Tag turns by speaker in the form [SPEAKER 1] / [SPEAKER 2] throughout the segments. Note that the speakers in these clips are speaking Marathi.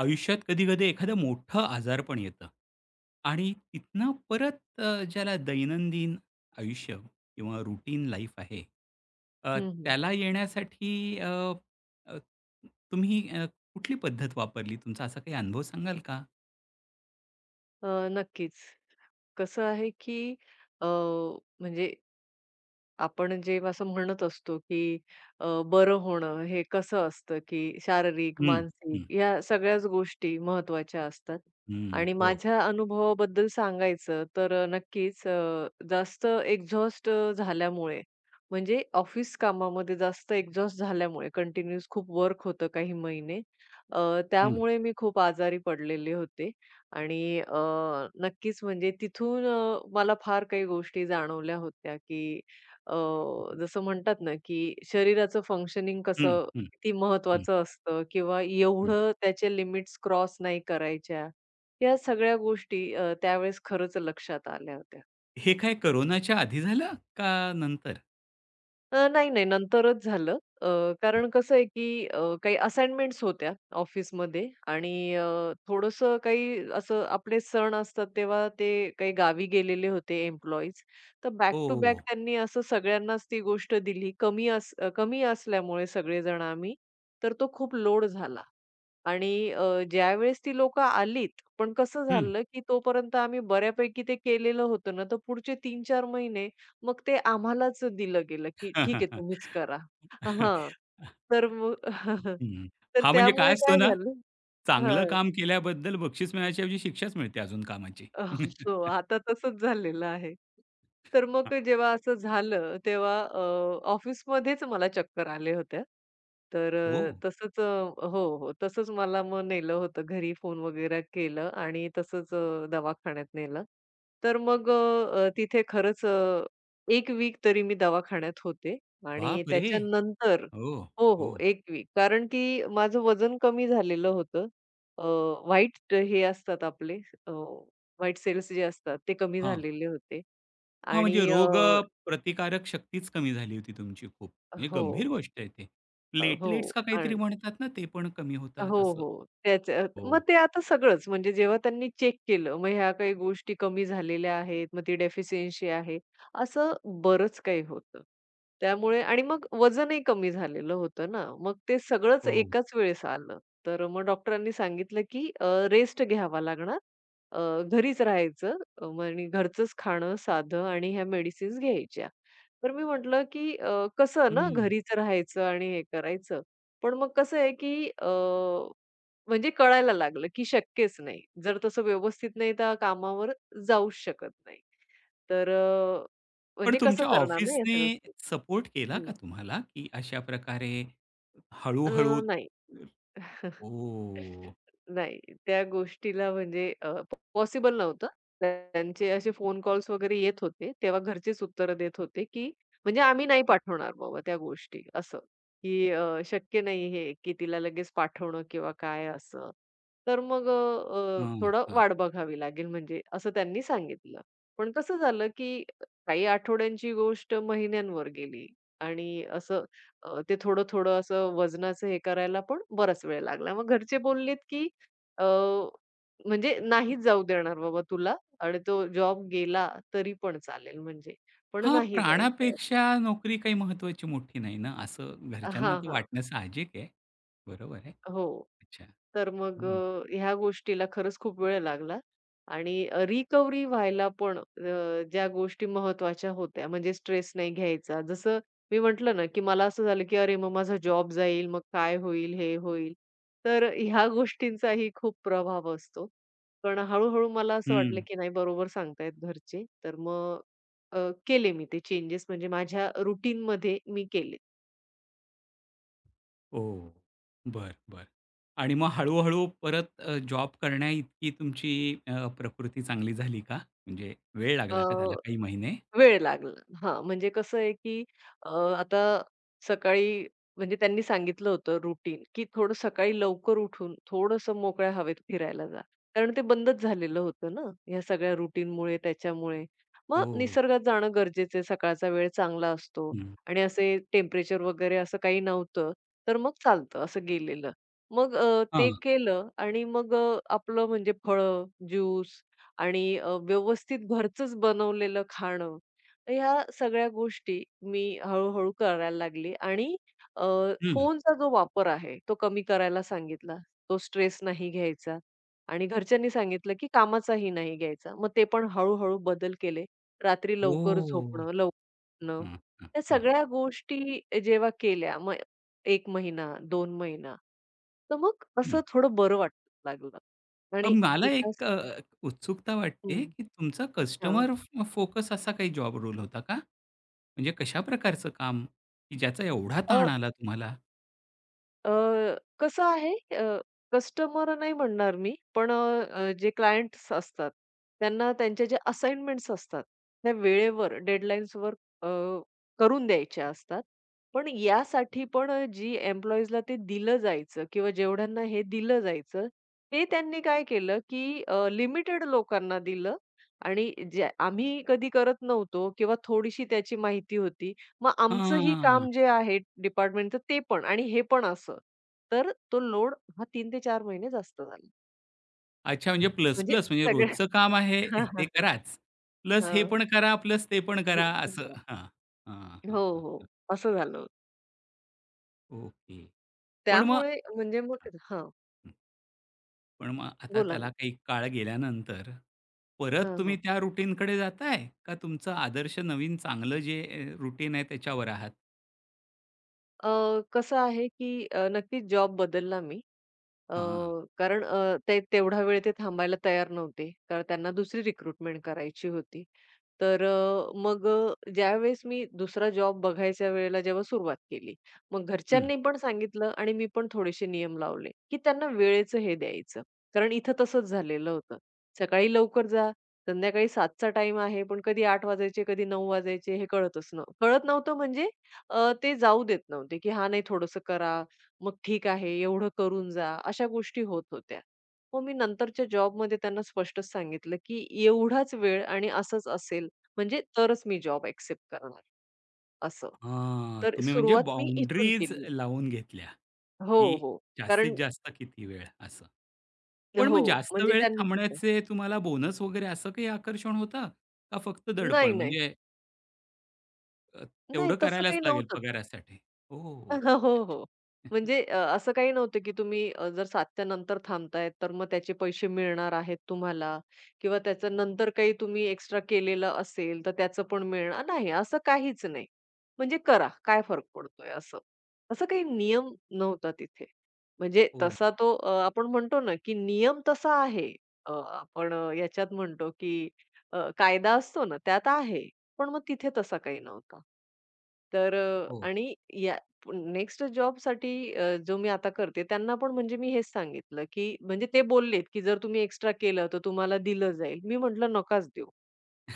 [SPEAKER 1] आयुष्यात कधी-कधी एखादं मोठं आजारपण येतं आणि तिथनं परत ज्याला दैनंदिन आयुष्य किंवा रुटीन लाईफ आहे, अ,
[SPEAKER 2] हं, हं.
[SPEAKER 1] त्याला येण्यासाठी अ, अ, तुम्ही कुठली पद्धत वापरली? तुमचा असा काही अनुभव सांगाल का?
[SPEAKER 2] नक्कीच. कसं आहे, की अ, म्हणजे आपण जे असं म्हणत असतो, की बरं होणं हे कसं असतं, की शारीरिक,
[SPEAKER 1] हं,
[SPEAKER 2] मानसिक
[SPEAKER 1] हं,
[SPEAKER 2] या सगळ्याच गोष्टी महत्त्वाच्या असतात.
[SPEAKER 1] हं.
[SPEAKER 2] आणि
[SPEAKER 1] हो.
[SPEAKER 2] माझ्या अनुभवाबद्दल सांगायचं तर नक्कीच जास्त एक्झॉस्ट झाल्यामुळे म्हणजे ऑफिस कामामध्ये जास्त एक्झॉस्ट झाल्यामुळे कंटिन्यूअस खूप वर्क होतं काही महिने.
[SPEAKER 1] हं,
[SPEAKER 2] त्यामुळे मी खूप आजारी पडलेले होते आणि नक्कीच म्हणजे तिथून मला फार काही गोष्टी जाणवल्या होत्या, की अ, जसं म्हणतात ना, की शरीराचं फंक्शनिंग
[SPEAKER 1] हं,
[SPEAKER 2] कसं
[SPEAKER 1] हं,
[SPEAKER 2] किती
[SPEAKER 1] हं,
[SPEAKER 2] महत्त्वाचं असतं किंवा
[SPEAKER 1] हं.
[SPEAKER 2] एवढं त्याच्या लिमिट्स क्रॉस नाही करायच्या. या सगळ्या गोष्टी त्यावेळेस खरंच लक्षात आल्या होत्या.
[SPEAKER 1] हे काय कोरोनाच्या आधी झालं का नंतर?
[SPEAKER 2] नाही, नाही. नंतरच झालं. कारण कसं आहे, की काही असाइनमेंट्स होत्या ऑफिसमध्ये आणि थोडंसं काही असं आपले सण असतात, तेव्हा ते काही गावी गेलेले होते एम्प्लॉईज. तर बॅक
[SPEAKER 1] हो,
[SPEAKER 2] टू
[SPEAKER 1] हो,
[SPEAKER 2] बॅक
[SPEAKER 1] हो.
[SPEAKER 2] त्यांनी असं सगळ्यांनाच ती गोष्ट दिली. कमी असल्यामुळे सगळेजण आम्ही, तर तो खूप लोड झाला. आणि ज्यावेळेस ती लोकं आलीत, पण कसं झालं, की तोपर्यंत आम्ही बऱ्यापैकी ते केलेलं होतं ना, तर पुढचे 3-4 महिने मग ते आम्हालाच दिलं गेलं, की
[SPEAKER 1] हां,
[SPEAKER 2] "ठीक
[SPEAKER 1] हां,
[SPEAKER 2] आहे,
[SPEAKER 1] हां.
[SPEAKER 2] तुम्हीच करा." हां, तर मग
[SPEAKER 1] हं.
[SPEAKER 2] तर
[SPEAKER 1] हां, म्हणजे काय
[SPEAKER 2] त्यामुळे काय
[SPEAKER 1] असतं ना,
[SPEAKER 2] झालं
[SPEAKER 1] चांगलं
[SPEAKER 2] हां.
[SPEAKER 1] काम केल्याबद्दल बक्षीस मिळण्याच्याऐवजी शिक्षाच मिळते अजून कामाची.
[SPEAKER 2] अ, हो, आता तसंच झालेलं आहे. तर मग जेव्हा असं झालं, तेव्हा ऑफिसमध्येच मला चक्कर आल्या होत्या. तर
[SPEAKER 1] ओह!
[SPEAKER 2] हो, हो, तसंच मला मग नेलं होतं घरी फोन वगैरे केलं आणि तसंच दवाखान्यात नेलं. तर मग तिथे खरंच 1 वीक तरी मी दवाखान्यात होते आणि
[SPEAKER 1] बापरे!
[SPEAKER 2] त्याच्यानंतर
[SPEAKER 1] हो,
[SPEAKER 2] हो, हो,
[SPEAKER 1] हो.
[SPEAKER 2] 1 वीक. कारण की माझं वजन कमी झालेलं होतं. अ, व्हाईट हे असतात आपले व्हाईट सेल्स जे असतात ते कमी
[SPEAKER 1] हां.
[SPEAKER 2] झालेले होते
[SPEAKER 1] हां,
[SPEAKER 2] आणि
[SPEAKER 1] म्हणजे रोग प्रतिकारक शक्तीच कमी झाली होती तुमची खूप. म्हणजे गंभीर
[SPEAKER 2] हो,
[SPEAKER 1] गोष्ट आहे ते.
[SPEAKER 2] हो.
[SPEAKER 1] प्लेटलेट्स का
[SPEAKER 2] अ,
[SPEAKER 1] काहीतरी म्हणतात ना, ते पण कमी होतात
[SPEAKER 2] हो,
[SPEAKER 1] असं.
[SPEAKER 2] हो. त्याच्यात
[SPEAKER 1] हो,
[SPEAKER 2] मग ते आता सगळंच म्हणजे जेव्हा त्यांनी चेक केलं, मग ह्या काही गोष्टी कमी झालेल्या आहेत, मग ती डेफिशियन्सी आहे, असं बरंच काही होतं. त्यामुळे आणि मग वजनही कमी झालेलं होतं ना, मग ते सगळंच
[SPEAKER 1] हो.
[SPEAKER 2] एकाच वेळेस आलं. तर मग डॉक्टरांनी सांगितलं, की रेस्ट घ्यावा लागणार. अ, घरीच राहायचं मग आणि घरचंच खाणं साधं आणि ह्या मेडिसिन्स घ्यायच्या. तर मी म्हटलं, की कसं ना
[SPEAKER 1] हं.
[SPEAKER 2] घरीच राहायचं आणि हे करायचं. पण मग कसं आहे, की म्हणजे कळायला लागलं, की शक्यच नाही. जर तसं व्यवस्थित नाही तर कामावर जाऊच शकत नाही. तर
[SPEAKER 1] पण
[SPEAKER 2] म्हणजे कसं
[SPEAKER 1] तुमच्या
[SPEAKER 2] करणार ना, या
[SPEAKER 1] ऑफिसने
[SPEAKER 2] सगळ्या गोष्टी?
[SPEAKER 1] सपोर्ट केला का
[SPEAKER 2] हं.
[SPEAKER 1] तुम्हाला, की अशा प्रकारे
[SPEAKER 2] अ,
[SPEAKER 1] हळू-हळू?
[SPEAKER 2] नाही.
[SPEAKER 1] ओह!
[SPEAKER 2] नाही, त्या गोष्टीला म्हणजे पॉसिबल नव्हतं. त्यांचे असे फोन कॉल्स वगैरे येत होते. तेव्हा घरचेच उत्तरं देत होते, की म्हणजे आम्ही नाही पाठवणार बाबा त्या गोष्टी असं, की शक्य नाही हे, की तिला लगेच पाठवणं किंवा काय असं. तर मग
[SPEAKER 1] हं,
[SPEAKER 2] थोडं
[SPEAKER 1] हां.
[SPEAKER 2] वाट बघावी लागेल म्हणजे असं त्यांनी सांगितलं. पण कसं झालं, की काही आठवड्यांची गोष्ट महिन्यांवर गेली आणि असं ते थोडं-थोडं असं वजनाचं हे करायला पण बराच वेळ लागला. मग घरचे बोललेत, की अ, म्हणजे नाहीच जाऊ देणार बाबा तुला आणि तो जॉब गेला तरी पण चालेल म्हणजे, पण
[SPEAKER 1] हां,
[SPEAKER 2] नाही जायचं.
[SPEAKER 1] प्राणापेक्षा नोकरी काही महत्त्वाची मोठी नाही ना, असं घरच्यांना
[SPEAKER 2] हां,
[SPEAKER 1] तर
[SPEAKER 2] हां.
[SPEAKER 1] वाटणं साहजिक आहे. बरोबर आहे.
[SPEAKER 2] हो.
[SPEAKER 1] अच्छा.
[SPEAKER 2] तर मग
[SPEAKER 1] हं,
[SPEAKER 2] ह्या गोष्टीला खरंच खूप वेळ लागला आणि रिकव्हरी व्हायला पण ज्या गोष्टी महत्त्वाच्या होत्या म्हणजे स्ट्रेस नाही घ्यायचा. जसं मी म्हटलं ना, की मला असं झालं, की अरे मग माझा जॉब जाईल, मग काय होईल, हे होईल. तर ह्या गोष्टींचाही खूप प्रभाव असतो. पण हळू मला असं
[SPEAKER 1] हं.
[SPEAKER 2] वाटलं, की नाही बरोबर सांगतायत घरचे. तर मग अ, केले मी ते चेंजेस म्हणजे माझ्या रुटीनमध्ये मी केले.
[SPEAKER 1] ओह! बरं, बरं. आणि मग हळू-हळू परत जॉब करण्या इतकी तुमची प्रकृती चांगली झाली का? म्हणजे वेळ
[SPEAKER 2] अ
[SPEAKER 1] लागला का त्याला काही महिने?
[SPEAKER 2] वेळ लागला. हां, म्हणजे कसं आहे, की अ, आता सकाळी म्हणजे त्यांनी सांगितलं होतं रुटीन, की थोडं सकाळी लवकर उठून थोडंसं मोकळ्या हवेत फिरायला जा. कारण ते बंदच झालेलं होतं ना, ह्या सगळ्या रुटीनमुळे त्याच्यामुळे. मग
[SPEAKER 1] ओ,
[SPEAKER 2] निसर्गात जाणं गरजेचं आहे. सकाळचा वेळ चांगला असतो
[SPEAKER 1] हं.
[SPEAKER 2] आणि असे टेम्परेचर वगैरे असं काही नव्हतं. तर मग चालतं असं गेलेलं. मग
[SPEAKER 1] हां.
[SPEAKER 2] ते केलं आणि मग आपलं म्हणजे फळं, ज्यूस आणि व्यवस्थित घरचंच बनवलेलं खाणं ह्या सगळ्या गोष्टी मी हळू करायला लागली आणि अ,
[SPEAKER 1] हं.
[SPEAKER 2] फोनचा जो वापर आहे, तो कमी करायला सांगितला. तो स्ट्रेस नाही घ्यायचा आणि घरच्यांनी सांगितलं, की कामाचाही नाही घ्यायचा. मग ते पण हळू बदल केले. रात्री लवकर
[SPEAKER 1] ओह!
[SPEAKER 2] झोपणं, लवकर उठणं.
[SPEAKER 1] हं, हं,
[SPEAKER 2] त्या
[SPEAKER 1] हं,
[SPEAKER 2] सगळ्या गोष्टी जेव्हा केल्या, मग 1 महिना, 2 महिना, तर मग
[SPEAKER 1] हं.
[SPEAKER 2] असं थोडं बरं वाटायला लागलं आणि
[SPEAKER 1] मला एक
[SPEAKER 2] कुठलाच
[SPEAKER 1] उत्सुकता वाटते,
[SPEAKER 2] हं,
[SPEAKER 1] की तुमचा
[SPEAKER 2] हां.
[SPEAKER 1] कस्टमर फोकस असा काही जॉब रोल होता का? म्हणजे कशा प्रकारचं काम, की ज्याचा एवढा ताण आला तुम्हाला?
[SPEAKER 2] अ, कसं आहे कस्टमर नाही म्हणणार मी, पण जे क्लायंट्स असतात, त्यांना त्यांचे जे असाइनमेंट्स असतात, त्या वेळेवर डेडलाईन्सवर अ, करून द्यायच्या असतात. पण यासाठी पण जी एम्प्लॉईजला ते दिलं जायचं किंवा जेवढ्यांना हे दिलं जायचं, ते त्यांनी काय केलं, की लिमिटेड लोकांना दिलं आणि जे आम्ही कधी करत नव्हतो किंवा थोडीशी त्याची माहिती होती. मग आमचं ही
[SPEAKER 1] हां.
[SPEAKER 2] काम जे आहे डिपार्टमेंटचं ते पण आणि हे पण असं. तर तो लोड हा 3 ते चार महिने जास्त झाला.
[SPEAKER 1] अच्छा, म्हणजे प्लस,
[SPEAKER 2] म्हणजे
[SPEAKER 1] प्लस म्हणजे
[SPEAKER 2] सगळ्या
[SPEAKER 1] रोजचं काम आहे
[SPEAKER 2] हां, हां,
[SPEAKER 1] ते
[SPEAKER 2] हां.
[SPEAKER 1] कराच. प्लस हे
[SPEAKER 2] हां.
[SPEAKER 1] पण करा, प्लस ते पण
[SPEAKER 2] हे
[SPEAKER 1] करा
[SPEAKER 2] पण
[SPEAKER 1] असं.
[SPEAKER 2] करा.
[SPEAKER 1] हां. हां, हां,
[SPEAKER 2] हो,
[SPEAKER 1] हां.
[SPEAKER 2] हो. असं झालं.
[SPEAKER 1] ओके. पण मग
[SPEAKER 2] त्यामुळे म्हणजे मग हां,
[SPEAKER 1] पण मग आता
[SPEAKER 2] बोला
[SPEAKER 1] त्याला
[SPEAKER 2] ना.
[SPEAKER 1] काही काळ गेल्यानंतर परत
[SPEAKER 2] हां,
[SPEAKER 1] तुम्ही
[SPEAKER 2] हां.
[SPEAKER 1] त्या रुटीनकडे जाताय? का तुमचं आदर्श नवीन चांगलं जे रुटीन आहे त्याच्यावर आहात?
[SPEAKER 2] अ, कसं आहे की नक्कीच जॉब बदलला मी अ,
[SPEAKER 1] हां.
[SPEAKER 2] कारण ते तेवढा वेळ ते थांबायला तयार नव्हते. कारण त्यांना दुसरी रिक्रुटमेंट करायची होती. तर मग ज्यावेळेस मी दुसरा जॉब बघायच्या वेळेला जेव्हा सुरुवात केली, मग
[SPEAKER 1] हं.
[SPEAKER 2] घरच्यांनी पण सांगितलं आणि मी पण थोडेसे नियम लावले, की त्यांना वेळेचं हे द्यायचं. कारण इथं तसंच झालेलं होतं. सकाळी लवकर जा, संध्याकाळी 7चा टाईम आहे, पण कधी 8 वाजायचे, कधी 9 वाजायचे हे कळत नव्हतं म्हणजे ते जाऊ देत नव्हते, की "हां, नाही थोडंसं करा, मग ठीक आहे, एवढं करून जा, अशा गोष्टी होत होत्या. मग मी नंतरच्या जॉबमध्ये त्यांना स्पष्टच सांगितलं, की एवढाच वेळ आणि असंच असेल, म्हणजे तरच मी जॉब एक्सेप्ट करणार, असं.
[SPEAKER 1] हां.
[SPEAKER 2] तर
[SPEAKER 1] तुम्ही म्हणजे
[SPEAKER 2] सुरुवात मी इथून
[SPEAKER 1] बाउंडरीज
[SPEAKER 2] केली.
[SPEAKER 1] लावून घेतल्या,
[SPEAKER 2] हो,
[SPEAKER 1] की
[SPEAKER 2] हो.
[SPEAKER 1] जास्तीत
[SPEAKER 2] कारण
[SPEAKER 1] जास्त किती वेळ असं. पण मग
[SPEAKER 2] हो,
[SPEAKER 1] जास्त
[SPEAKER 2] म्हणजे
[SPEAKER 1] वेळ
[SPEAKER 2] त्यांना कसं-
[SPEAKER 1] थांबण्याचे तुम्हाला बोनस वगैरे असं काही आकर्षण होतं? का फक्त दडपण
[SPEAKER 2] नाही, नाही.
[SPEAKER 1] म्हणजे अ,
[SPEAKER 2] नाही,
[SPEAKER 1] तेवढं
[SPEAKER 2] तसं
[SPEAKER 1] करायलाच
[SPEAKER 2] काही
[SPEAKER 1] लागेल
[SPEAKER 2] नव्हतं.
[SPEAKER 1] पगारासाठी? ओह!
[SPEAKER 2] हो,
[SPEAKER 1] अच्छा.
[SPEAKER 2] हो. म्हणजे असं काही नव्हतं, की तुम्ही जर 7:00च्या नंतर थांबताय, तर मग त्याचे पैसे मिळणार आहेत तुम्हाला किंवा त्याचं नंतर काही तुम्ही एक्स्ट्रा केलेलं असेल, तर त्याचं पण मिळणार नाही, असं काहीच नाही. म्हणजे करा, काय फरक पडतोय असं. असं काही नियम नव्हता तिथे. म्हणजे
[SPEAKER 1] हो,
[SPEAKER 2] तसा तो आपण म्हणतो ना, की नियम तसा आहे. आपण याच्यात म्हणतो, की कायदा असतो ना, त्यात आहे. पण मग तिथे तसा काही नव्हता. तर
[SPEAKER 1] हो.
[SPEAKER 2] आणि या नेक्स्ट जॉबसाठी जो मी आता करते त्यांना पण म्हणजे मी हेच सांगितलं, की म्हणजे ते बोललेत, की "जर तुम्ही एक्स्ट्रा केलं तर तुम्हाला दिलं जाईल." मी म्हटलं, "नकाच देऊ."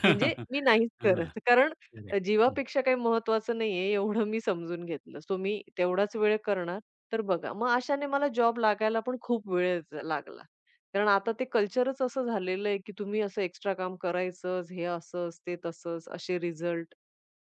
[SPEAKER 2] म्हणजे मी नाहीच
[SPEAKER 1] हां.
[SPEAKER 2] करत. कारण
[SPEAKER 1] करेक्ट. हं,
[SPEAKER 2] जीवापेक्षा काही महत्त्वाचं नाहीये एवढं मी समजून घेतलं. सो मी तेवढाच वेळ करणार. तर बघा, मग अशाने मला जॉब लागायला पण खूप वेळ लागला. कारण आता ते कल्चरच असं झालेलं आहे, की तुम्ही असं एक्स्ट्रा काम करायचंच, हे असंच, ते तसंच, असे रिझल्ट.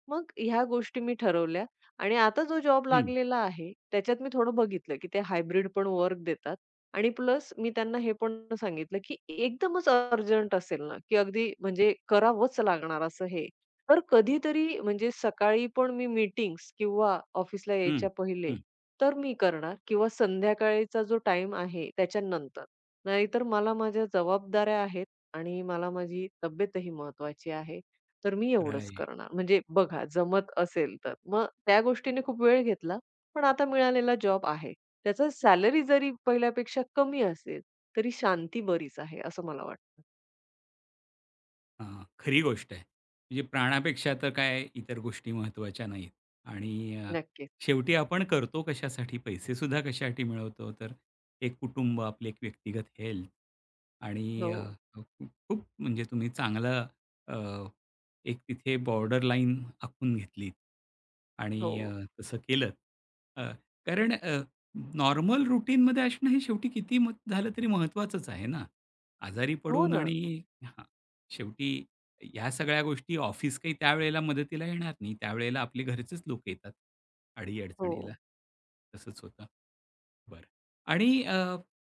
[SPEAKER 2] मग ह्या गोष्टी मी ठरवल्या आणि आता जो जॉब
[SPEAKER 1] हं,
[SPEAKER 2] लागलेला आहे, त्याच्यात मी थोडं बघितलं, की ते हायब्रिड पण वर्क देतात आणि प्लस मी त्यांना हे पण सांगितलं, की एकदमच अर्जंट असेल ना, की अगदी म्हणजे करावंच लागणार असं हे, तर कधीतरी म्हणजे सकाळी पण मी मीटिंग्स किंवा ऑफिसला
[SPEAKER 1] हं,
[SPEAKER 2] यायच्या पहिले
[SPEAKER 1] हं.
[SPEAKER 2] तर मी करणार किंवा संध्याकाळीचा जो टाईम आहे त्याच्यानंतर. नाहीतर मला माझ्या जबाबदाऱ्या आहेत आणि मला माझी तब्येतही महत्त्वाची आहे. तर मी एवढंच
[SPEAKER 1] राइट.
[SPEAKER 2] करणार. म्हणजे बघा जमत असेल तर. मग त्या गोष्टीने खूप वेळ घेतला. पण आता मिळालेला जॉब आहे. त्याचं सॅलरी जरी पहिल्यापेक्षा कमी असेल, तरी शांती बरीच आहे असं मला वाटतं.
[SPEAKER 1] हां, खरी गोष्ट आहे. म्हणजे प्राणापेक्षा तर काय इतर गोष्टी महत्त्वाच्या नाहीत आणि
[SPEAKER 2] नक्कीच.
[SPEAKER 1] शेवटी आपण करतो कशासाठी, पैसेसुद्धा कशासाठी मिळवतो, तर एक कुटुंब, आपले एक व्यक्तिगत हेल्थ आणि
[SPEAKER 2] हो,
[SPEAKER 1] खूप खूप म्हणजे तुम्ही चांगलं अ, एक तिथे बॉर्डरलाईन आखून घेतलीत
[SPEAKER 2] हो.
[SPEAKER 1] आणि तसं केलंत. अ, कारण नॉर्मल रूटीनमध्ये असणं हे शेवटी किती मग झालं तरी महत्त्वाचंच आहे ना. आजारी
[SPEAKER 2] हो
[SPEAKER 1] पडून
[SPEAKER 2] ना.
[SPEAKER 1] आणि हां. शेवटी ह्या सगळ्या गोष्टी ऑफिस काही त्यावेळेला मदतीला येणार नाही. त्यावेळेला आपली घरचेच लोक येतात. अडी
[SPEAKER 2] हो.
[SPEAKER 1] तसंच होतं. बरं, आणि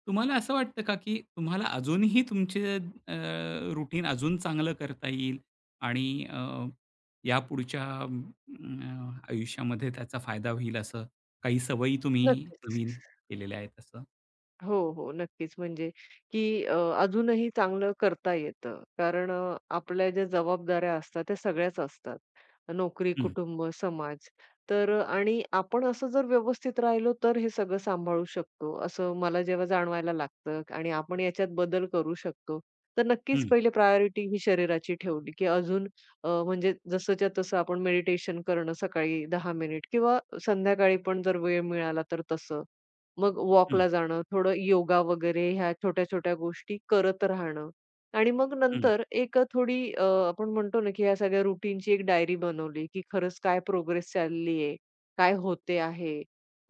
[SPEAKER 1] तुम्हाला असं वाटतं का, की तुम्हाला अजूनही तुमचे अजून चांगलं करता येईल आणि यापुढच्या आयुष्यामध्ये त्याचा फायदा होईल असं, काही सवयी तुम्ही
[SPEAKER 2] नक्कीच.
[SPEAKER 1] नवीन केलेल्या आहेत असं?
[SPEAKER 2] हो, हो. नक्कीच. म्हणजे की अजूनही चांगलं करता येतं. कारण आपल्या ज्या जबाबदाऱ्या असतात त्या सगळ्याच असतात. नोकरी,
[SPEAKER 1] हं,
[SPEAKER 2] कुटुंब, समाज. तर आणि आपण असं जर व्यवस्थित राहिलो तर हे सगळं सांभाळू शकतो, असं मला जेव्हा जाणवायला लागतं आणि आपण याच्यात बदल करू शकतो. तर नक्कीच
[SPEAKER 1] हं,
[SPEAKER 2] पहिले प्रायोरिटी ही शरीराची ठेवली, की अजून म्हणजे जसंच्या तसं आपण मेडिटेशन करणं सकाळी 10 मिनिट किंवा संध्याकाळी पण जर वेळ मिळाला तर तसं. मग
[SPEAKER 1] हं,
[SPEAKER 2] वॉकला जाणं, थोडं योगा वगैरे ह्या छोट्या-छोट्या गोष्टी करत राहणं आणि मग
[SPEAKER 1] हं,
[SPEAKER 2] नंतर एक थोडी आपण म्हणतो ना, की या सगळ्या रुटीनची एक डायरी बनवली, की खरंच काय प्रोग्रेस चालली आहे, काय होते आहे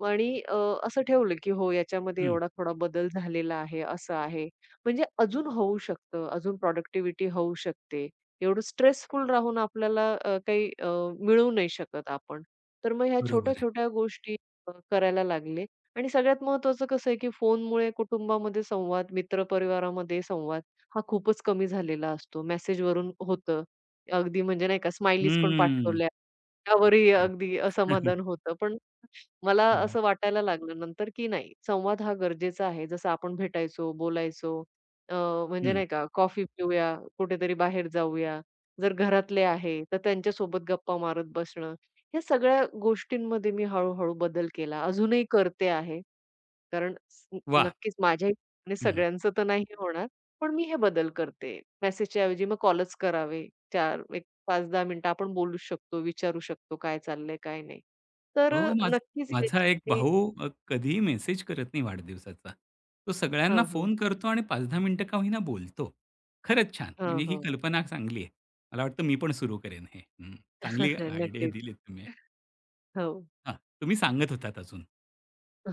[SPEAKER 2] आणि असं ठेवलं, की हो याच्यामध्ये
[SPEAKER 1] हं.
[SPEAKER 2] एवढा थोडा बदल झालेला आहे, असं आहे. म्हणजे अजून होऊ शकतं, अजून प्रॉडक्टिव्हिटी होऊ शकते. एवढं स्ट्रेसफुल राहून आपल्याला काही मिळू नाही शकत आपण. तर मग ह्या
[SPEAKER 1] बरोबर आहे.
[SPEAKER 2] छोट्या-छोट्या गोष्टी करायला लागले आणि सगळ्यात महत्त्वाचं कसं आहे, की फोनमुळे कुटुंबामध्ये संवाद, मित्रपरिवारामध्ये संवाद हा खूपच कमी झालेला असतो. मेसेजवरून होतं. अगदी म्हणजे नाही का स्माइलीज पण
[SPEAKER 1] हं.
[SPEAKER 2] पाठवल्या, त्यावरही अगदी असमाधान होतं. पण मला
[SPEAKER 1] हं.
[SPEAKER 2] असं वाटायला लागलं नंतर, की नाही संवाद हा गरजेचा आहे. जसं आपण भेटायचो, बोलायचो अ, म्हणजे
[SPEAKER 1] हं.
[SPEAKER 2] नाही का कॉफी पिऊया, कुठेतरी बाहेर जाऊया. जर घरातले आहे, तर त्यांच्यासोबत गप्पा मारत बसणं. ह्या सगळ्या गोष्टींमध्ये मी हळू-हळू बदल केला. अजूनही करते आहे. कारण स
[SPEAKER 1] वाह!
[SPEAKER 2] नक्कीच माझ्या आणि
[SPEAKER 1] हं.
[SPEAKER 2] सगळ्यांचं तर नाही होणार, पण मी हे बदल करते. मेसेजच्या ऐवजी मग कॉलच करावे. चार, एक 5-10 मिनिटं आपण बोलू शकतो, विचारू शकतो काय चाललंय, काय नाही. तर
[SPEAKER 1] हो, माझ
[SPEAKER 2] नक्कीच
[SPEAKER 1] माझा एक
[SPEAKER 2] याच्याने
[SPEAKER 1] भाऊ कधीही मेसेज करत नाही वाढदिवसाचा. तो सगळ्यांना
[SPEAKER 2] हां, हां.
[SPEAKER 1] फोन करतो आणि 5-10 मिनिटं का होईना बोलतो. खरंच छान.
[SPEAKER 2] हां,
[SPEAKER 1] म्हणजे ही
[SPEAKER 2] हां.
[SPEAKER 1] कल्पना चांगली आहे. मला वाटतं मी पण सुरू करेन हे. हं. चांगली आयडिया
[SPEAKER 2] नक्कीच.
[SPEAKER 1] दिलीत तुम्ही.
[SPEAKER 2] हो.
[SPEAKER 1] हां, तुम्ही सांगत होतात अजून.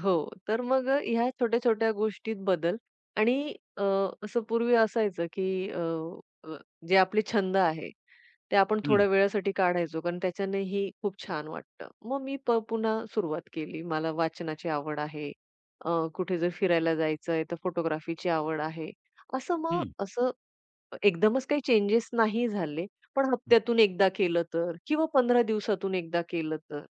[SPEAKER 2] हो. तर मग ह्या छोट्या-छोट्या गोष्टीत बदल आणि असं पूर्वी असायचं की अ, अ, जे आपले छंद आहे, ते आपण
[SPEAKER 1] हं,
[SPEAKER 2] थोड्या वेळासाठी काढायचो कारण त्याच्यानेही खूप छान वाटतं. मग मी पुन्हा सुरुवात केली. मला वाचनाची आवड आहे. अ, कुठे जर फिरायला जायचंय तर फोटोग्राफीची आवड आहे. असं मग
[SPEAKER 1] हं,
[SPEAKER 2] असं एकदमच काही चेंजेस नाही झाले, पण
[SPEAKER 1] हं.
[SPEAKER 2] हप्त्यातून एकदा केलं तर किंवा 15 दिवसातून एकदा केलं तर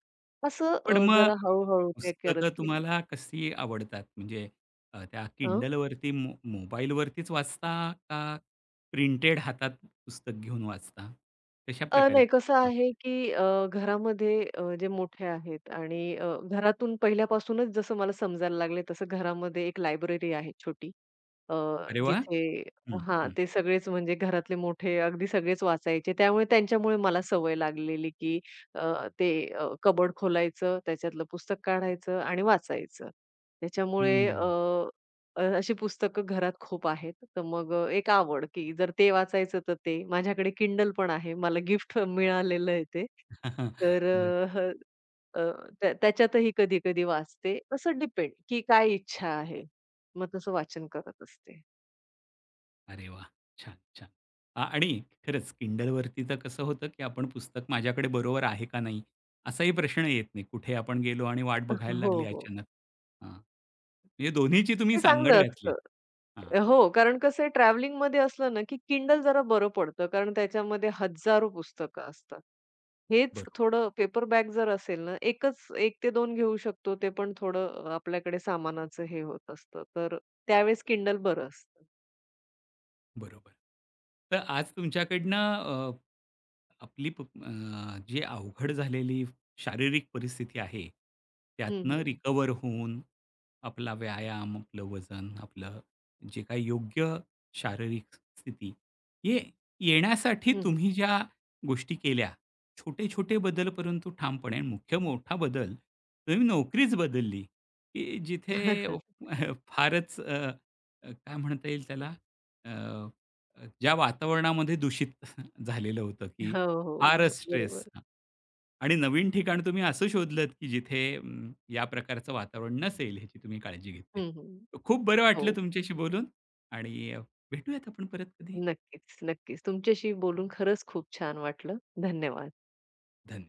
[SPEAKER 2] असं
[SPEAKER 1] पण मग
[SPEAKER 2] जरा हळू ते करत
[SPEAKER 1] पुस्तकं
[SPEAKER 2] गेले.
[SPEAKER 1] तुम्हाला कशी आवडतात? म्हणजे त्या Kindleवरती, मोबाईलवरतीच वाचता, का प्रिंटेड हातात पुस्तक घेऊन वाचता? कशा प्रकारे
[SPEAKER 2] नाही कसं
[SPEAKER 1] पुस्तक
[SPEAKER 2] आहे,
[SPEAKER 1] वाचता?
[SPEAKER 2] की घरामध्ये जे मोठे आहेत आणि घरातून पहिल्यापासूनच जसं मला समजायला लागले, तसं घरामध्ये एक लायब्ररी आहे छोटी. अ,
[SPEAKER 1] अरे वाह!
[SPEAKER 2] जिथे
[SPEAKER 1] हं,
[SPEAKER 2] हां,
[SPEAKER 1] हं,
[SPEAKER 2] ते सगळेच म्हणजे घरातले मोठे अगदी सगळेच वाचायचे. त्यामुळे त्यांच्यामुळे मला सवय लागलेली, की अ, ते कबोर्ड खोलायचं, त्याच्यातलं पुस्तक काढायचं आणि वाचायचं. त्याच्यामुळे
[SPEAKER 1] हं.
[SPEAKER 2] अशी पुस्तकं घरात खूप आहेत. तर मग एक आवड, की जर ते वाचायचं तर ते. माझ्याकडे किंडल पण आहे. मला गिफ्ट मिळालेलं आहे ते. तर
[SPEAKER 1] बरं.
[SPEAKER 2] अ, त्या त्याच्यातही कधी-कधी वाचते. असं डिपेंड, की काय इच्छा आहे. मग तसं वाचन करत असते.
[SPEAKER 1] अरे वाह! छान, छान. आणि खरंच Kindleवरती तर कसं होतं, की आपण पुस्तक माझ्याकडे बरोबर आहे का नाही? असाही प्रश्न येत नाही. कुठे आपण गेलो आणि वाट बघायला
[SPEAKER 2] हो,
[SPEAKER 1] लागली
[SPEAKER 2] हो.
[SPEAKER 1] अचानक. हां. म्हणजे दोन्हीची तुम्ही
[SPEAKER 2] ते
[SPEAKER 1] सांगड
[SPEAKER 2] चांगलं
[SPEAKER 1] घातली आहे.
[SPEAKER 2] असतं.
[SPEAKER 1] हां,
[SPEAKER 2] हो, कारण कसं आहे ट्रॅव्हलिंगमध्ये असलं ना, की Kindle जरा बरं पडतं, कारण त्याच्यामध्ये हजारो पुस्तकं असतात. हेच
[SPEAKER 1] बरोबर.
[SPEAKER 2] थोडं पेपर बॅग जर असेल ना, एकच 1 ते 2 घेऊ शकतो, ते पण थोडं आपल्याकडे सामानाचं हे होत असतं. तर त्यावेळेस Kindle बरं असतं.
[SPEAKER 1] बरोबर. तर आज तुमच्याकडनं आपली जी अवघड झालेली शारीरिक परिस्थिती आहे,
[SPEAKER 2] हं,
[SPEAKER 1] त्यातनं
[SPEAKER 2] हं.
[SPEAKER 1] रिकव्हर होऊन आपला व्यायाम, आपलं वजन, आपलं जे काही योग्य शारीरिक स्थिती, हे येण्यासाठी
[SPEAKER 2] हं.
[SPEAKER 1] तुम्ही ज्या गोष्टी केल्या, छोटे-छोटे बदल परंतु ठामपणे, आणि मुख्य मोठा बदल, तुम्ही नोकरीच बदलली, की जिथे फारच अ, अ, काय म्हणता येईल त्याला, अ, अ, ज्या वातावरणामध्ये दूषित झालेलं होतं, की
[SPEAKER 2] हो, हो.
[SPEAKER 1] फारच
[SPEAKER 2] बरोबर.
[SPEAKER 1] स्ट्रेस, आणि नवीन ठिकाण तुम्ही असं शोधलत, की जिथे या प्रकारचं वातावरण नसेल ह्याची तुम्ही काळजी घेतली.
[SPEAKER 2] हं, हं.
[SPEAKER 1] खूप बरं
[SPEAKER 2] हो.
[SPEAKER 1] वाटलं तुमच्याशी बोलून, आणि भेटूयात आपण परत कधी.
[SPEAKER 2] नक्कीच, नक्कीच. तुमच्याशी बोलून खरंच खूप छान वाटलं. धन्यवाद.
[SPEAKER 1] धन्यवाद.